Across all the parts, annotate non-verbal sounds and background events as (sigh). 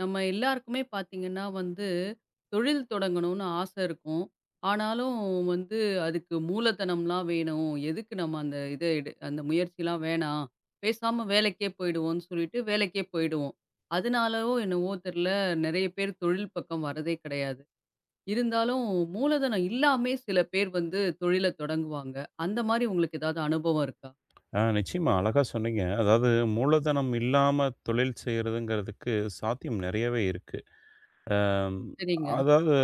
நம்ம எல்லாருக்குமே பார்த்தீங்கன்னா வந்து, தொழில் தொடங்கணும்னு ஆசை இருக்கும். ஆனாலும் வந்து அதுக்கு மூலதனம்லாம் வேணும். எதுக்கு நம்ம அந்த இத எடு அந்த முயற்சிலாம் வேணாம். பேசாம வேலைக்கே போயிடுவோம்னு சொல்லிட்டு வேலைக்கே போயிடுவோம். அதனாலவோ என்னவோ தெர்ல, நெறைய பேர் தொழில் பக்கம் வரதே கிடையாது. இருந்தாலும் மூலதனம் இல்லாமே சில பேர் வந்து தொழில தொடங்குவாங்க. அந்த மாரி உங்களுக்கு ஏதாவது அனுபவம் இருக்கா? நிச்சயமா, அழகா சொன்னீங்க. அதாவது மூலதனம் இல்லாம தொழில் செய்றதுங்கிறதுக்கு சாத்தியம் நெறையவே இருக்கு. அம் சரிங்க. அதாவது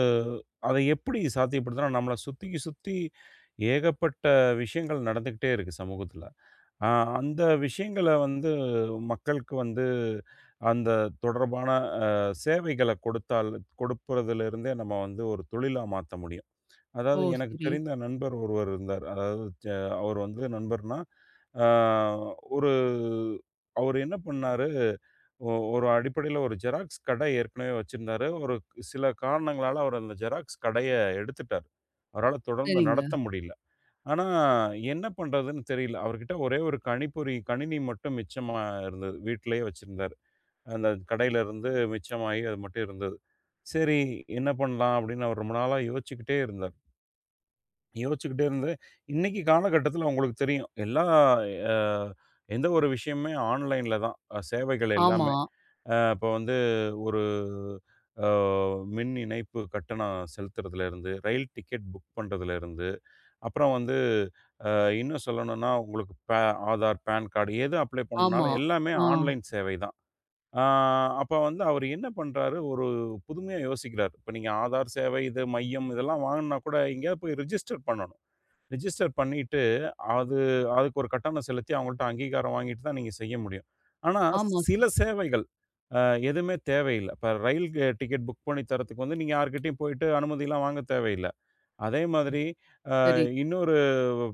அத எப்படி சாத்தியப்படுத்துனா, நம்மள சுத்தி சுத்தி ஏகப்பட்ட விஷயங்கள் நடந்துக்கிட்டே இருக்கு சமூகத்துல. அ அந்த விஷயங்கள வந்து மக்களுக்கு வந்து அந்த தொடர்பான அ சேவைகள கொடுத்தால் கொடுப்பதிலிருந்தே நம்ம வந்து ஒரு தொழிலா மாத்த முடியும். ஓ! அதாவது எனக்கு சரி. தெரிந்த நண்பர் ஒருவர் இருந்தார். அதாவது அவர் வந்து நண்பர்னா, ஆ ஒரு அவரு என்ன பண்ணாரு, ஒரு அடிப்படையில ஒரு ஜெராக்ஸ் கடை ஏற்கனவே வச்சிருந்தாரு. ஒரு சில காரணங்களால அவர் அந்த ஜெராக்ஸ் கடைய எடுத்துட்டாரு. அவரால தொடர்ந்து சரிங்க. நடத்த முடியல. ஆனா, என்ன பண்றதுன்னு தெரியல. அவர்கிட்ட ஒரே ஒரு கணிப்பொறி கணினி மட்டும் மிச்சமா இருந்தது. வீட்லயே வச்சிருந்தாரு. அந்த கடையில இருந்து மிச்சமாகி அது மட்டும் இருந்தது. சரி என்ன பண்ணலாம் அப்படின்னு அவர் ரொம்ப நாளா யோசிச்சுக்கிட்டே இருந்தார். யோசிச்சுக்கிட்டே இருந்தேன். இன்னைக்கு காலகட்டத்தில உங்களுக்கு தெரியும். எல்லா அ எந்த ஒரு விஷயமுமே ஆன்லைன்ல தான். சேவைகள் ஆமா, எல்லாமே. இப்போ வந்து ஒரு அ மின் இணைப்பு கட்டணம் செலுத்துறதுலேருந்து, ரயில் டிக்கெட் புக் பண்றதுலேருந்து, அப்புறம் வந்து இன்னும் சொல்லணும்னா உங்களுக்கு ஆதார், பான் கார்டு எது அப்ளை ஆமா. பண்ணாலும் எல்லாமே ஆ. ஆன்லைன் சேவை தான். ஆ அப்போ வந்து அவர் என்ன பண்றாரு, ஒரு புதுமையா யோசிக்கிறார். இப்போ நீங்க ஆதார் சேவை, இது மையம் இதெல்லாம் வாங்குனா கூட எங்கேயாவது போய் ரிஜிஸ்டர் பண்ணணும். ரிஜிஸ்டர் பண்ணிட்டு, அது அதுக்கு ஒரு கட்டணம் செலுத்தி அவங்கள்ட்ட அங்கீகாரம் வாங்கிட்டு தான் நீங்க செய்ய முடியும். ஆனா, ஆமா. சில ச சேவைகள் அ எதுவுமே தேவையில்ல. இப்ப ரயில் டிக்கெட் புக் பண்ணி தர்றதுக்கு வந்து நீங்க யார்கிட்டயும் போயிட்டு அனுமதிலாம் வாங்க தேவையில்ல. அதே மாதிரி அ சரி. இன்னொரு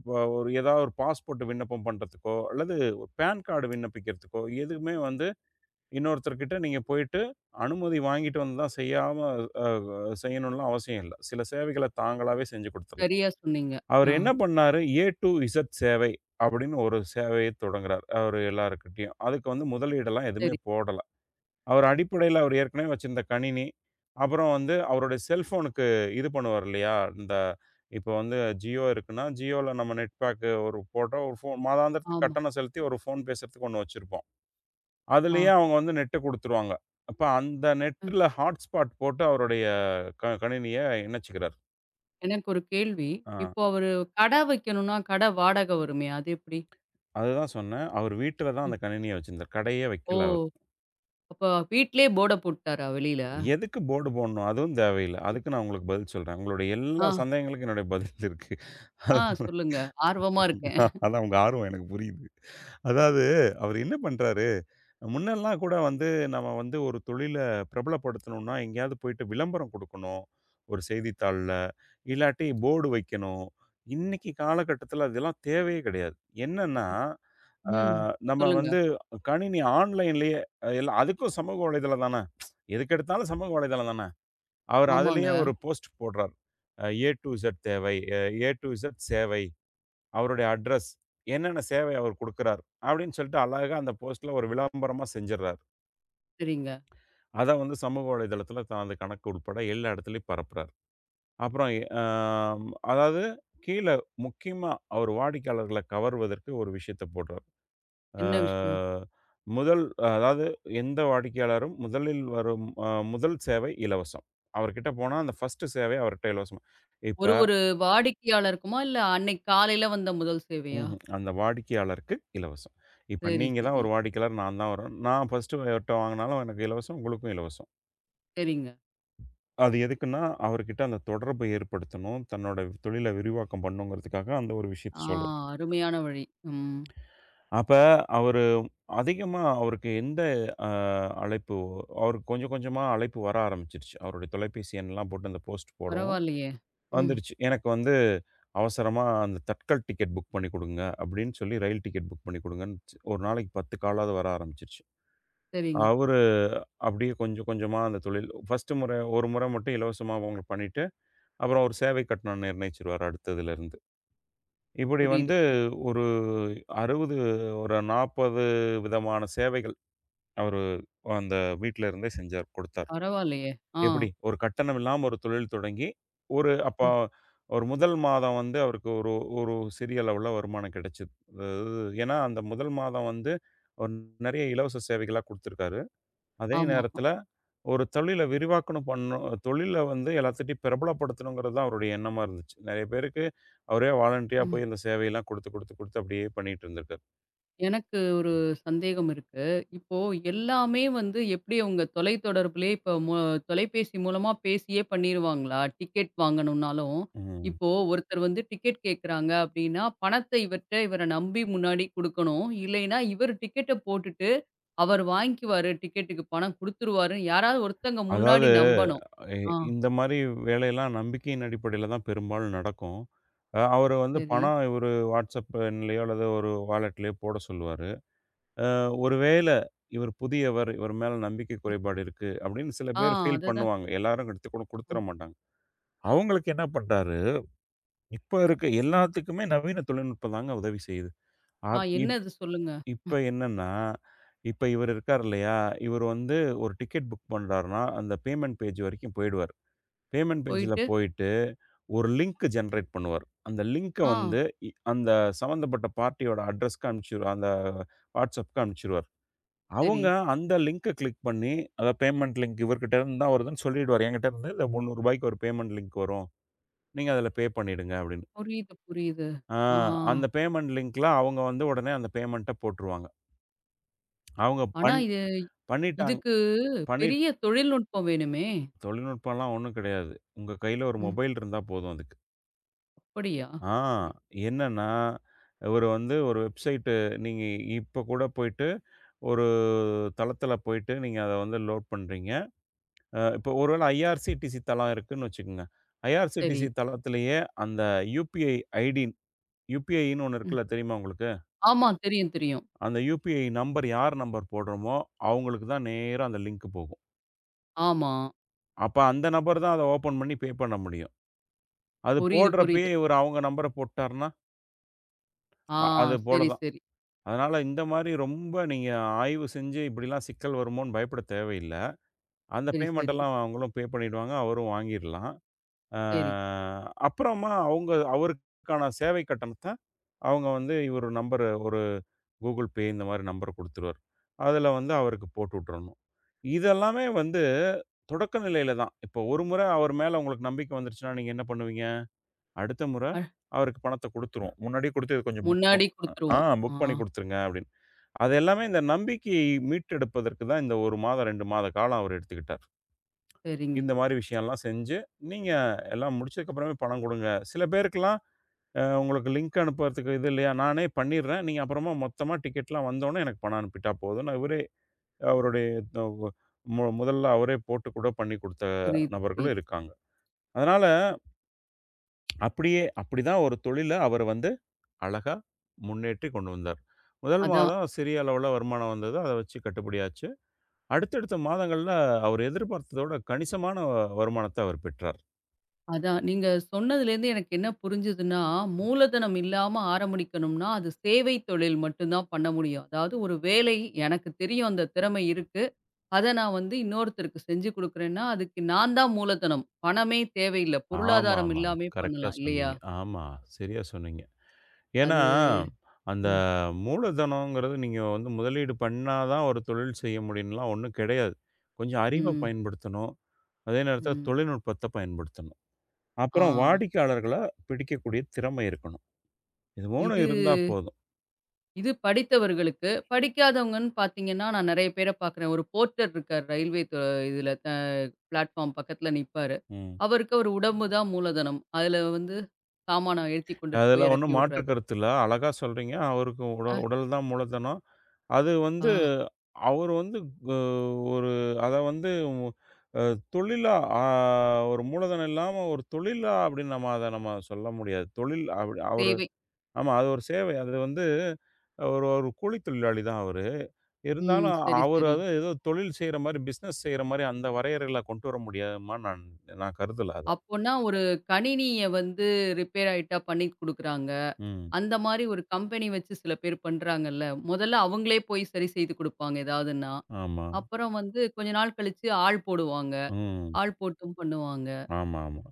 ப ஒரு ஏதாவது ஒரு பாஸ்போர்ட் விண்ணப்பம் பண்றதுக்கோ, அல்லது பான் கார்டு விண்ணப்பிக்கிறதுக்கோ, எதுக்குமே வந்து இன்னொருத்தர்கிட்ட நீங்க போயிட்டு அனுமதி வாங்கிட்டு வந்து தான் செய்யாம அ செய்யணும்லாம் அவசியம் இல்ல. சில சேவைகள தாங்களாவே செஞ்சு குடுத்துரலாம். சரியா சொன்னீங்க. அவரு ஆ, என்ன பண்ணாரு, ஏ டூ இசட் சேவை அப்படின்னு ஒரு சேவைய தொடங்குறார். அவரு எல்லார்கிட்டயும். அதுக்கு வந்து முதலீடெல்லாம் எதுவுமே சரி. போடல. அவர் அடிப்படையில அவர் ஏற்கனவே வச்சிருந்த கணினி, அப்புறம் வந்து அவருடைய செல்ஃபோனுக்கு இது பண்ணுவார் இல்லையா? இந்த இப்போ வந்து ஜியோ இருக்குன்னா, ஜியோல நம்ம நெட் பேக் ஒரு போட்டா ஒரு ஃபோன் மாதாந்திரத்துக்கு ஆமா. கட்டணம் செலுத்தி ஒரு ஃபோன் பேசுறதுக்கு ஒண்ணு வச்சிருப்போம். ஆ. அதுலயே அவங்க வந்து நெட்ட குடுத்துருவாங்க. அப்ப அந்த நெட்ல ஹாட்ஸ்பாட் போட்டு அவருடைய கணினிய இணைச்சுக்கிறார். எனக்கு ஒரு கேள்வி. ஆ. இப்போ அவரு கடை வைக்கணும்னா, கடை வாடகை வருமே, அது எப்படி? அதுதான் சொன்னேன். அவரு வீட்ல தான் ம். அந்த கணினிய வச்சிருந்தார். கடையே ஓ! வைக்கல அவரு. அப்ப வீட்லயே போர்ட போட்டுட்டாரா வெளியில? எதுக்கு போர்டு போடணும்? அதுவும் தேவையில்ல. அதுக்கு நான் உங்களுக்கு பதில் சொல்றேன். உங்களுடைய எல்லா ஆ, சந்தேகங்களுக்கும் என்னுடைய பதில் இருக்கு. ஆ (laughs) அதனால சொல்லுங்க. ஆர்வமா இருக்கேன். அதான் உங்க ஆர்வம் எனக்கு புரியுது. அதாவது அவரு என்ன பண்றாரு, முன்னெல்லாம் கூட வந்து நம்ம வந்து ஒரு தொழில பிரபலப்படுத்தணும்னா, எங்கேயாவது போயிட்டு விளம்பரம் குடுக்கணும். ஒரு செய்தித்தாள்ல. இல்லாட்டி போர்டு வைக்கணும். இன்னைக்கு காலகட்டத்தில அதெல்லாம் தேவையே கிடையாது. என்னன்னா ஆ, ம். நம்ம சொல்லுங்க. வந்து கணினி ஆன்லைன்லயே எல்லாம் அதுக்கும் சமூக வலைதளம் தான. எதுக்கெடுத்தாலும் சமூக வலைதளம் தான. அவரு அதிலேயே ஆமாங்க. ஒரு போஸ்ட் போடுறார். ஏ டூ இசட் தேவை. ஏ டூ இசட் சேவை. அவருடைய அட்ரஸ். என்னென்ன சேவை அவர் குடுக்குறார். அப்படின்னு சொல்லிட்டு அழகா அந்த போஸ்ட்ல ஒரு விளம்பரமா செஞ்சுர்றாரு. சரிங்க. அத வந்து சமூக வலைதளத்தில தனது கணக்கு உட்பட எல்லா இடத்துலயும் பரப்புறார். அப்புறம் அ அதாவது கீழ முக்கியமா அவர் வாடிக்கையாளர்கள கவர்வதற்கு ஒரு விஷயத்த போடுறார். அ என்ன விஷயம்? முதல் அதாவது எந்த வாடிக்கையாளரும் முதலில் வரும் முதல் சேவை இலவசம். அவர்கிட்ட போனா அந்த ஃபர்ஸ்ட்டு சேவை அவர்ட்ட இலவசமா. இப்ப ஒரு ஒரு வாடிக்கையாளருக்குமா? இல்ல அன்னைக்கு காலையில வந்த முதல் சேவையா? ம்ஹ்ம். அந்த வாடிக்கையாளருக்கு இலவசம். இப்ப சரி, நீங்க தான் சரி. ஒரு வாடிக்கையாளர், நான் தான் நான் ஃபர்ஸ்ட்டு அவர்ட்ட வாங்குனாலும் எனக்கு இலவசம், உங்களுக்கும் இலவசம். சரிங்க. அது எதுக்குன்னா, அவர்கிட்ட அந்த தொடர்பை ஏற்படுத்தணும். தன்னோட தொழில விரிவாக்கம் பண்ணணுங்கிறதுக்காக அந்த ஒரு விஷயத்த ஆ, சொல்றேன். அருமையான வழி. ம். அப்ப அவரு அதிகமா அவருக்கு எந்த அ அழைப்பு அவருக்கு கொஞ்சம் கொஞ்சமா அழைப்பு வர ஆரம்பிச்சுருச்சு. அவருடைய தொலைபேசி எண்லாம் போட்டு அந்த போஸ்ட் போடவும், பரவாயில்லையே! ம். வந்துருச்சு. எனக்கு வந்து அவசரமா அந்த தட்கல் டிக்கெட் புக் பண்ணி குடுங்க, அப்படின்னு சொல்லி ரயில் டிக்கெட் புக் பண்ணி குடுங்கன்னு ஒரு நாளைக்கு 10 காலாவது வர ஆரம்பிச்சுருச்சு. சரிங்க. அவரு அப்படியே கொஞ்சம் கொஞ்சமா அந்த தொழில் 1 முறை ஒரு முறை மட்டும் இலவசமா அவங்களுக்கு பண்ணிட்டு, அப்புறம் ஒரு சேவை கட்டணம் நிர்ணயிச்சுருவாரு அடுத்ததுலருந்து. இப்படி புரியுது, வந்து புரியுது. ஒரு 60 ஒரு 40 விதமான சேவைகள் அவரு அந்த வீட்ல இருந்தே செஞ்சார், கொடுத்தார். பரவாயில்லையே! ஆ. எப்படி? ஒரு கட்டணம் இல்லாம ஒரு தொழில் தொடங்கி, ஒரு அப்ப ம். ஒரு முதல் மாதம் வந்து அவருக்கு ஒரு ஒரு சிறிய அளவுல வருமானம் கிடைச்சது. அது ஏன்னா, அந்த முதல் மாதம் வந்து ஒரு நெறைய இலவச சேவைகளா குடுத்துருக்காரு. அதே ஆமா. நேரத்துல ஒரு தொழில விரிவாக்கணும் பண்ணணும் தொழில வந்து எல்லாத்துட்டயும் பிரபலப்படுத்தணுங்கிறது தான் அவருடைய எண்ணமா இருந்துச்சு. நெறைய பேருக்கு அவரே வாலண்டரியா ம். போய் அந்த சேவையெல்லாம் குடுத்து, குடுத்து, குடுத்து அப்படியே பண்ணிட்டு இருந்திருக்காரு. எனக்கு ஒரு சந்தேகம் இருக்கு. இப்போ எல்லாமே வந்து எப்படி அவங்க தொலைத்தொடர்புலயே இப்போ தொலைபேசி மூலமா பேசியே பண்ணிருவாங்களா? டிக்கெட் வாங்கணும்னாலும், ம். இப்போ ஒருத்தர் வந்து டிக்கெட் கேட்குறாங்க அப்படின்னா, பணத்த இவர்ட்ட இவர நம்பி முன்னாடி குடுக்கணும். இல்லைன்னா, இவர் டிக்கெட்ட போட்டுட்டு, அவர் வாங்கிக்குவாரு டிக்கெட்டுக்கு பணம் குடுத்துருவாருன்னு யாராவது ஒருத்தங்க அதாவது முன்னாடி நம்பணும். எ ஆ, இந்த மாரி வேலையெல்லாம் நம்பிக்கையின் அடிப்படையில தான் பெரும்பாலும் நடக்கும். அவரு வந்து சரி. பணம் இவரு WhatsApp எண்லயோ அல்லது ஒரு வாலெட்லயோ போட சொல்லுவாரு. அ ஒரு வேள இவர் புதியவர், இவர் மேல நம்பிக்கை குறைபாடு இருக்கு அப்படின்னு சில ஆ பேர் ஃபீல் அததான். பண்ணுவாங்க. எல்லாரும் எடுத்துக்கூட ஆ, குடுத்துற மாட்டாங்க. அவங்களுக்கு என்ன பண்றாரு, இப்ப இருக்க எல்லாத்துக்குமே நவீன தொழில்நுட்பம் தாங்க உதவி செய்யுது. ஆ அப் இப் என்னது சொல்லுங்க. இப்ப என்னன்னா, இப்ப இவரு இருக்காரு இல்லையா, இவரு வந்து ஒரு டிக்கெட் புக் பண்றாருன்னா, அந்த பேமெண்ட் பேஜ் வரைக்கும் போயிடுவாரு. பேமெண்ட் பேஜ்ல போயிட்டு போயிட்டு, ஒரு லிங்க் ஜெனரேட் பண்ணுவார். அந்த லிங்க்க ஆ வந்து அந்த சம்மந்தப்பட்ட பார்ட்டியோட அட்ரஸ்க்கு அனுப்பிச்சுருவா அந்த வாட்ஸ்அப்க்கு அனுப்பிச்சுருவார். சரி. அவங்க அந்த லிங்க்க கிளிக் பண்ணி, அதான் பேமெண்ட் லிங்க் இவர்கிட்ட இருந்து தான் வருதுன்னு சொல்லிடுவாரு. என்கிட்ட இருந்து இந்த ரூ. 300க்கு ஒரு பேமெண்ட் லிங்க் வரும். நீங்க அதில பே பண்ணிடுங்க அப்படின்னு. புரியுது, புரியுது. ஆ ஆ. அந்த பேமெண்ட் லிங்க்ல அவங்க வந்து உடனே அந்த பேமெண்ட்ட போட்டுருவாங்க. அவங்க ஆனா, இது பண்ணிட்டாங்க. இதுக்கு பண்ணி பெரிய தொழில்நுட்பம் வேணுமே! தொழில்நுட்பம்லாம் ஒண்ணும் கிடையாது. உங்க கையில ஒரு ம். மொபைல் இருந்தா போதும் அதுக்கு. அப்படியா? ஆ சரி, என்னன்னா, இவரு வந்து ஒரு வெப்சைட்டு நீங்க இப்ப கூட போயிட்டு, ஒரு தளத்தில போயிட்டு நீங்க அத வந்து லோட் பண்றீங்க. இப்போ ஒரு வேள ஐஆர்சிடிசி தளம் இருக்குன்னு வச்சுக்கங்க. சரி. ஐஆர்சிடிசி தளத்திலேயே அந்த யுபிஐ ஐடி யுபிஐன்னு ஒண்ணு ம். இருக்குல்ல தெரியுமா உங்களுக்கு? ஆமா. தெரியும், தெரியும். அந்த யுபிஐ நம்பர் யார் நம்பர் போடுறோமோ, அவங்களுக்கு தான் நேரா அந்த லிங்க் போகும். ஆமா. அப்ப அந்த நபர் தான் அத ஓப்பன் பண்ணி பே பண்ண முடியும். அது புரியுது, போடுறப்பயே புரியுது. இவரு அவங்க நம்பர போட்டாருன்னா, ஆ அது போல சரி, தான். சரி. அதனால இந்த மாரி ரொம்ப நீங்க ஆய்வு செஞ்சு இப்படிலாம் சிக்கல் வருமோன்னு பயப்பட தேவையில்ல. அந்த சரி, சரி, பேமெண்ட்டெல்லாம் அவங்களும் பே பண்ணிடுவாங்க. அவரும் வாங்கிரலாம். அ சரி. அப்புறமா அவங்க அவருக்கான சேவை கட்டணத்த அவங்க வந்து இவரு நம்பர் ஒரு Google Pay இந்த மாரி நம்பர் குடுத்துருவாரு. அதுல வந்து அவருக்கு போட்டு விட்டுறணும். இதெல்லாமே வந்து தொடக்க நிலையில தான். இப்போ ஒரு முறை அவர் மேல உங்களுக்கு நம்பிக்கை வந்துருச்சுன்னா, நீங்க என்ன பண்ணுவீங்க? அடுத்த முறை அழ் அவருக்கு பணத்த குடுத்துருவோம். முன்னாடியே குடுத்து இத கொஞ்சம் புக் ப முன்னாடி ஆ குடுத்துருவோம். புக் பண்ணி ஆ குடுத்துருங்க அப்படின்னு. அது எல்லாமே இந்த நம்பிக்கையை மீட்டெடுப்பதற்கு தான் இந்த 1 மாதம், 2 மாத காலம் அவர் எடுத்துக்கிட்டார். சரிங்க. இந்த மாரி விஷயம்லாம் செஞ்சு, நீங்க எல்லாம் முடிச்சதுக்கு அப்புறமே பணம் குடுங்க. சில பேருக்கெல்லாம் உங்களுக்கு லிங்க் அனுப்புறதுக்கு இது இல்லையா? நானே பண்ணிடுறேன். நீங்க அப்புறமா மொத்தமா டிக்கெட்லாம் வந்தோனே எனக்கு பணம் அனுப்பிட்டா போதும்ன்னு அவரே அவருடைய அ ஒ மு முதல்ல அவரே போட்டு கூட பண்ணி குடுத்த புரியுது, நபர்களும் புரியுது. இருக்காங்க. அதனால அப்படியே அப்படிதான் ஒரு தொழில அவர் வந்து அழகா முன்னேற்றி கொண்டு வந்தார். முதல் அதான், மாதம் சிறிய அளவுல வருமானம் வந்தது. அத வச்சு கட்டுப்படியாச்சு. அடுத்தடுத்த மாதங்கள்ல அவர் எதிர்பார்த்ததோட கணிசமான வருமானத்த அவர் பெற்றார். அதான். நீங்க சொன்னதுலேருந்து எனக்கு என்ன புரிஞ்சுதுன்னா, மூலதனம் இல்லாம ஆரம்பிக்கணும்னா, அது சேவை தொழில் மட்டும் தான் பண்ண முடியும். அதாவது ஒரு வேலை எனக்கு தெரியும் அந்த திறமை இருக்கு. அத நான் வந்து இன்னொருத்தருக்கு செஞ்சு குடுக்குறேன்னா, அதுக்கு நான் தான் மூலதனம். பணமே தேவையில்ல. பொருளாதாரம் ஆமாமா. இல்லாமே கரெக்ட்டா பண்ணலாம் இல்லையா? சொன்னீங்க. ஆமா. சரியா சொன்னீங்க. ஏன்னா, அது அந்த ம், மூலதனம்ங்கிறது நீங்க வந்து முதலீடு பண்ணா தான் ஒரு தொழில் செய்ய முடியும்ன்லாம் ஒண்ணும் கிடையாது. கொஞ்சம் அறிவ ம், பயன்படுத்தணும். அதே நேரத்தில ம். தொழில்நுட்பத்த பயன்படுத்தணும். ஆ. அப்புறம் வாடிக்கையாளர்கள பிடிக்கக்கூடிய திறமை இருக்கணும். இது 3ம் இது இருந்தா போதும். இது படித்தவர்களுக்கு. படிக்காதவங்கன்னு பார்த்தீங்கன்னா, நான் நெறைய பேர பார்க்குறேன். ஒரு போர்ட்டர் இருக்காரு. ரயில்வே இதுல பிளாட்ஃபார்ம் பக்கத்துல நிப்பாரு. ம். அவருக்கு அவர் உடம்பு தான் மூலதனம். அதுல வந்து சாமான ஏத்தி கொண்டுட்டு அதுல போய் இறக்கி ஒண்ணும் மாற்று விடுறாரு. கருத்து இல்ல. அழகா சொல்றீங்க. அவருக்கு அ, உடல் தான் மூலதனம். அது ஆ வந்து அவரு வந்து கு ஒரு அத வந்து அ தொழிலா ஆ ஒரு மூலதனம் இல்லாம ஒரு தொழிலா அப்படின்னு நம்ம அத நம்ம சொல்ல முடியாது. தொழில் அப்படி அவரு தேவை. ஆமா அது ஒரு சேவை. அது வந்து ஒரு ஒரு கூலி தொழிலாளி தான் அவரு. ம். இருந்தாலும் சரி, அவரு சரி. அது ஏதோ தொழில் செய்ற மாரி, பிசினஸ் செய்ற மாரி அந்த வரையறைகள கொண்டு வர முடியாதுமா நான் நான் கருதல அத. அப்போனா ஒரு கணினிய வந்து ரிப்பேர் ஆயிட்டா பண்ணி குடுக்குறாங்க. ம். அந்த மாரி ஒரு கம்பெனி வச்சு சில பேர் பண்றாங்கல்ல. முதல்ல அவங்களே போய் சரி செய்து குடுப்பாங்க ஏதாவதுன்னா. ஆமா. அப்புறம் வந்து கொஞ்ச நாள் கழிச்சு ஆள் போடுவாங்க. ம். ஆள் போட்டும் பண்ணுவாங்க. ஆமாமா.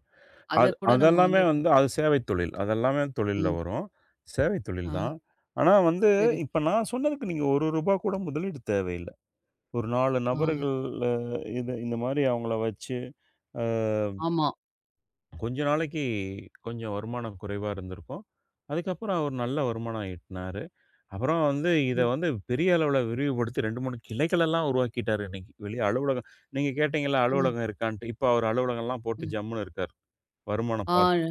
அத அது கூட நம்ம அதெல்லாமே வந்து வந்து அது சேவை தொழில். அதெல்லாமே தொழில்ல ம். வரும். சேவை தொழில் ஆ தான். ஆனா வந்து, சரி. இப்ப நான் சொன்னதுக்கு நீங்க ரூ. 1 கூட முதலீடு தேவையில்ல. ஒரு 4 ஆ நபர்கள் அ இது இந்த மாரி அவங்கள வச்சு, அ ஆமா. கொஞ்ச நாளைக்கு கொஞ்சம் வருமானம் குறைவா இருந்திருக்கும். அதுக்கப்புறம் அவர் நல்ல வருமானம் ஈட்டினாரு. அப்புறம் வந்து இத ம், வந்து பெரிய அளவுல விரிவுபடுத்தி 2, 3 கிளைகளெல்லாம் உருவாக்கிட்டாரு இன்னைக்கு. வெளிய அலுவலகம் நீங்க கேட்டீங்கல்ல ம், அலுவலகம் இருக்கான்ட்டு. இப்ப அவர் அலுவலகம்லாம் போட்டு ம். ஜம்முன்னு இருக்காரு. வருமானம் ஆ பார்த்து.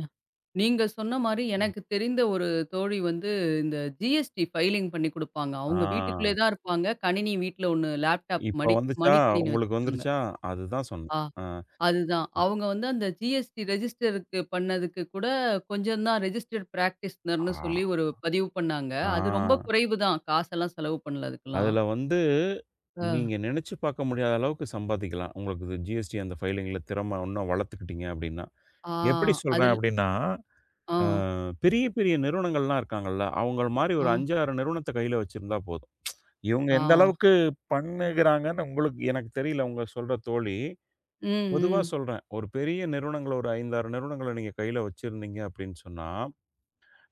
நீங்க சொன்ன மாரி ம். எனக்கு தெரிந்த ஒரு தோழி வந்து இந்த ஜிஎஸ்டி ஃபைலிங் பண்ணி குடுப்பாங்க. அவங்க வீட்டுக்குள்ளே ஆ. தான் இருப்பாங்க. கணினி வீட்ல ஒண்ணு லேப்டாப் இப்ப மடி வந்துச்சா? மடிக்கணினி உங்களுக்கு வச்சுருக்காங்க. வந்துருச்சா? அதுதான் சொன்னேன். ஆ. அ. அதுதான். அவங்க வந்து அந்த ஜிஎஸ்டி ரெஜிஸ்டருக்கு பண்ணதுக்கு கூட கொஞ்சம் தான் ரெஜிஸ்டர்ட் பிராக்டிஸ்னர்ன்னு சொல்லி ஆ. ஒரு பதிவு பண்ணாங்க. ஆ. அது ரொம்ப குறைவு தான். காசெல்லாம் செலவு பண்ணல அதுக்கெல்லாம். அதுல வந்து அ. நீங்க நினைச்சு பார்க்க முடியாத அளவுக்கு சம்பாதிக்கலாம். உங்களுக்கு இது ஜிஎஸ்டி அந்த ஃபைலிங்ல திறம இன்னும் வளர்த்துக்கிட்டீங்க அப்டின்னா. ஆ எப்படி சொல்றேன் அதில் அப்டின்னா? ஆ, ஆ பெரிய, பெரிய நிறுவனங்கள்லாம் இருக்காங்கல்ல. அவங்கள மாரி ஆ, ஒரு 5, 6 நிறுவனத்த கையில வச்சிருந்தா போதும். இவங்க எந்த ஆ. அளவுக்கு பண்ணுகிறாங்கன்னு உங்களுக்கு எனக்கு தெரியல உங்க சொல்ற தோழி. ம், பொதுவா ம், சொல்றேன். ஒரு பெரிய நிறுவனங்கள ஒரு 5, 6 நிறுவனங்கள நீங்க கையில வச்சிருந்தீங்க அப்டின்னு சொன்னா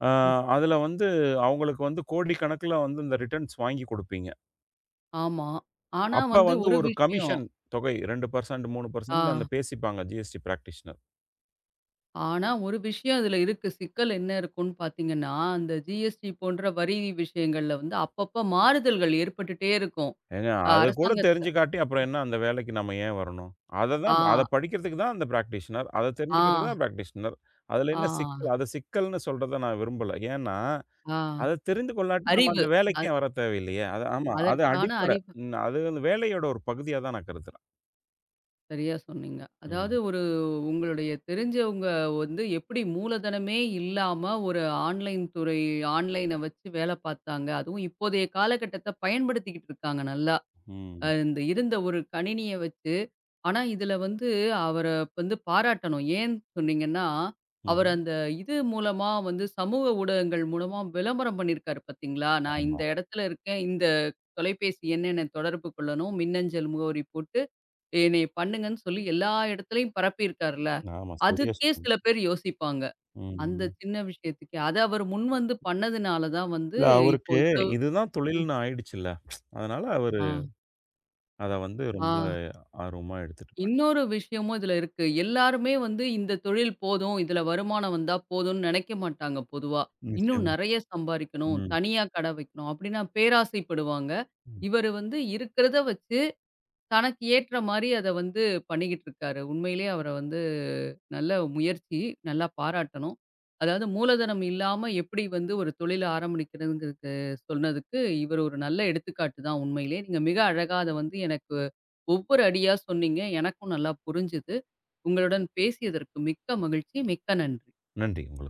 ஆ ம். அதுல வந்து அவங்களுக்கு வந்து கோடிக்கணக்குல வந்து இந்த ரிட்டர்ன்ஸ் வாங்கி குடுப்பீங்க. ஆமா. ஆனா அப்ப வந்து வந்து ஒரு ஒரு விஷயம் கமிஷன் தொகை 2% ஆ. 3% அந்த பேசிப்பாங்க ஜிஎஸ்டி பிராக்டிஷனர். ஆனா ஒரு விஷயம் அதில இருக்கு. சிக்கல் என்ன இருக்குன்னு பார்த்தீங்கன்னா, அந்த ஜிஎஸ்டி போன்ற வரி விஷயங்கள்ல வந்து அப்பப்ப மாறுதல்கள் ஏற்பட்டுட்டே இருக்கும். ஏங்க அத கூட அரசாங்கத்த தெரிஞ்சு காட்டி அப்புறம் என்ன அந்த வேலைக்கு நம்ம ஏன் வரணும்? அத ஆ, தான் அத படிக்கிறதுக்கு தான் அந்த பிராக்டிஷனர். அத தெரிஞ்சுக்கிறதுக்கு ஆ, தான் பிராக்டிஷனர். அதுல ஆ, என்ன சிக்கல்? அத சிக்கல்ன்னு சொல்றத நான் விரும்பல. ஏன்னா, ஆ. அத தெரிந்து கொள்ளாட்டி நம்ம அறிவு. அந்த அ வேலைக்கு ஏன் வர தேவையில்லையே! அது ஆமா. அது அதற்கான அடிப்படை. அறிவு. ம். அது அந்த வேலையோட ஒரு பகுதியா தான் நான் கருதுறேன். சரியா சொன்னீங்க. அதாவது ம். ஒரு உங்களுடைய தெரிஞ்சவங்க வந்து எப்படி மூலதனமே இல்லாம ஒரு ஆன்லைன் துறை ஆன்லைன வச்சு வேல பார்த்தாங்க. அதுவும் இப்போதைய காலகட்டத்த பயன்படுத்திக்கிட்டு இருக்காங்க நல்லா. ம். இந்த இருந்த ஒரு கணினிய வச்சு. ஆனா, இதுல வந்து அவர வந்து பாராட்டணும். ஏன் சொன்னீங்கன்னா, அவர் ம்ஹ்ம். அந்த இது மூலமா வந்து சமூக ஊடகங்கள் மூலமா விளம்பரம் பண்ணியிருக்காரு பார்த்தீங்களா? நான் ஆமா. இந்த இடத்துல இருக்கேன். இந்த தொலைபேசி எண் என்ன தொடர்பு கொள்ளணும். மின்னஞ்சல் முகவரி போட்டு என்னைய பண்ணுங்கன்னு சொல்லி எல்லா இடத்துலயும் பரப்பியிருக்காருல்ல. ஆமா. சரியா அதுக்கே சொன்னீங்க. சில பேர் யோசிப்பாங்க. அந்த ம். சின்ன விஷயத்துக்கே. அத அவர் முன்வந்து பண்ணதுனால தான் வந்து இல்ல இப்போ அவருக்கு இவ்ளோ இதுதான் தொழில்னு ஆயிடுச்சுல்ல. அதனால அவரு ஆ, அத வந்து ஆ. ரொம்ப ஆர்வமா எடுத்துட்டு இன்னொரு விஷயமும் இதுல இருக்கு. எல்லாருமே வந்து இந்த தொழில் போதும், இதுல வருமானம் வந்தா போதும்னு நெனைக்க மாட்டாங்க பொதுவா. இன்னும் நிச்சயமா. நெறைய சம்பாரிக்கணும், ம். தனியா கடை வைக்கணும், அப்படின்னா பேராசைப்படுவாங்க. ம். இவரு வந்து இருக்கிறத வச்சு தனக்கு ஏற்ற மாரி அத வந்து பண்ணிக்கிட்டு இருக்காரு. உண்மையிலேயே அவர வந்து நல்ல முயற்சி. நல்லா பாராட்டணும். அதாவது மூலதனம் இல்லாம எப்படி வந்து ஒரு தொழில ஆரம்பிக்கிறதுங்கிறது சொன்னதுக்கு, இவர் ஒரு நல்ல எடுத்துக்காட்டு தான் உண்மையிலே. நீங்க மிக அழகா அத வந்து எனக்கு ஒவ்வொரு அடியா சொன்னீங்க. எனக்கும் நல்லா புரிஞ்சுது. உங்களுடன் பேசியதற்கு மிக்க மகிழ்ச்சி. மிக்க நன்றி. நன்றி உங்களுக்கு.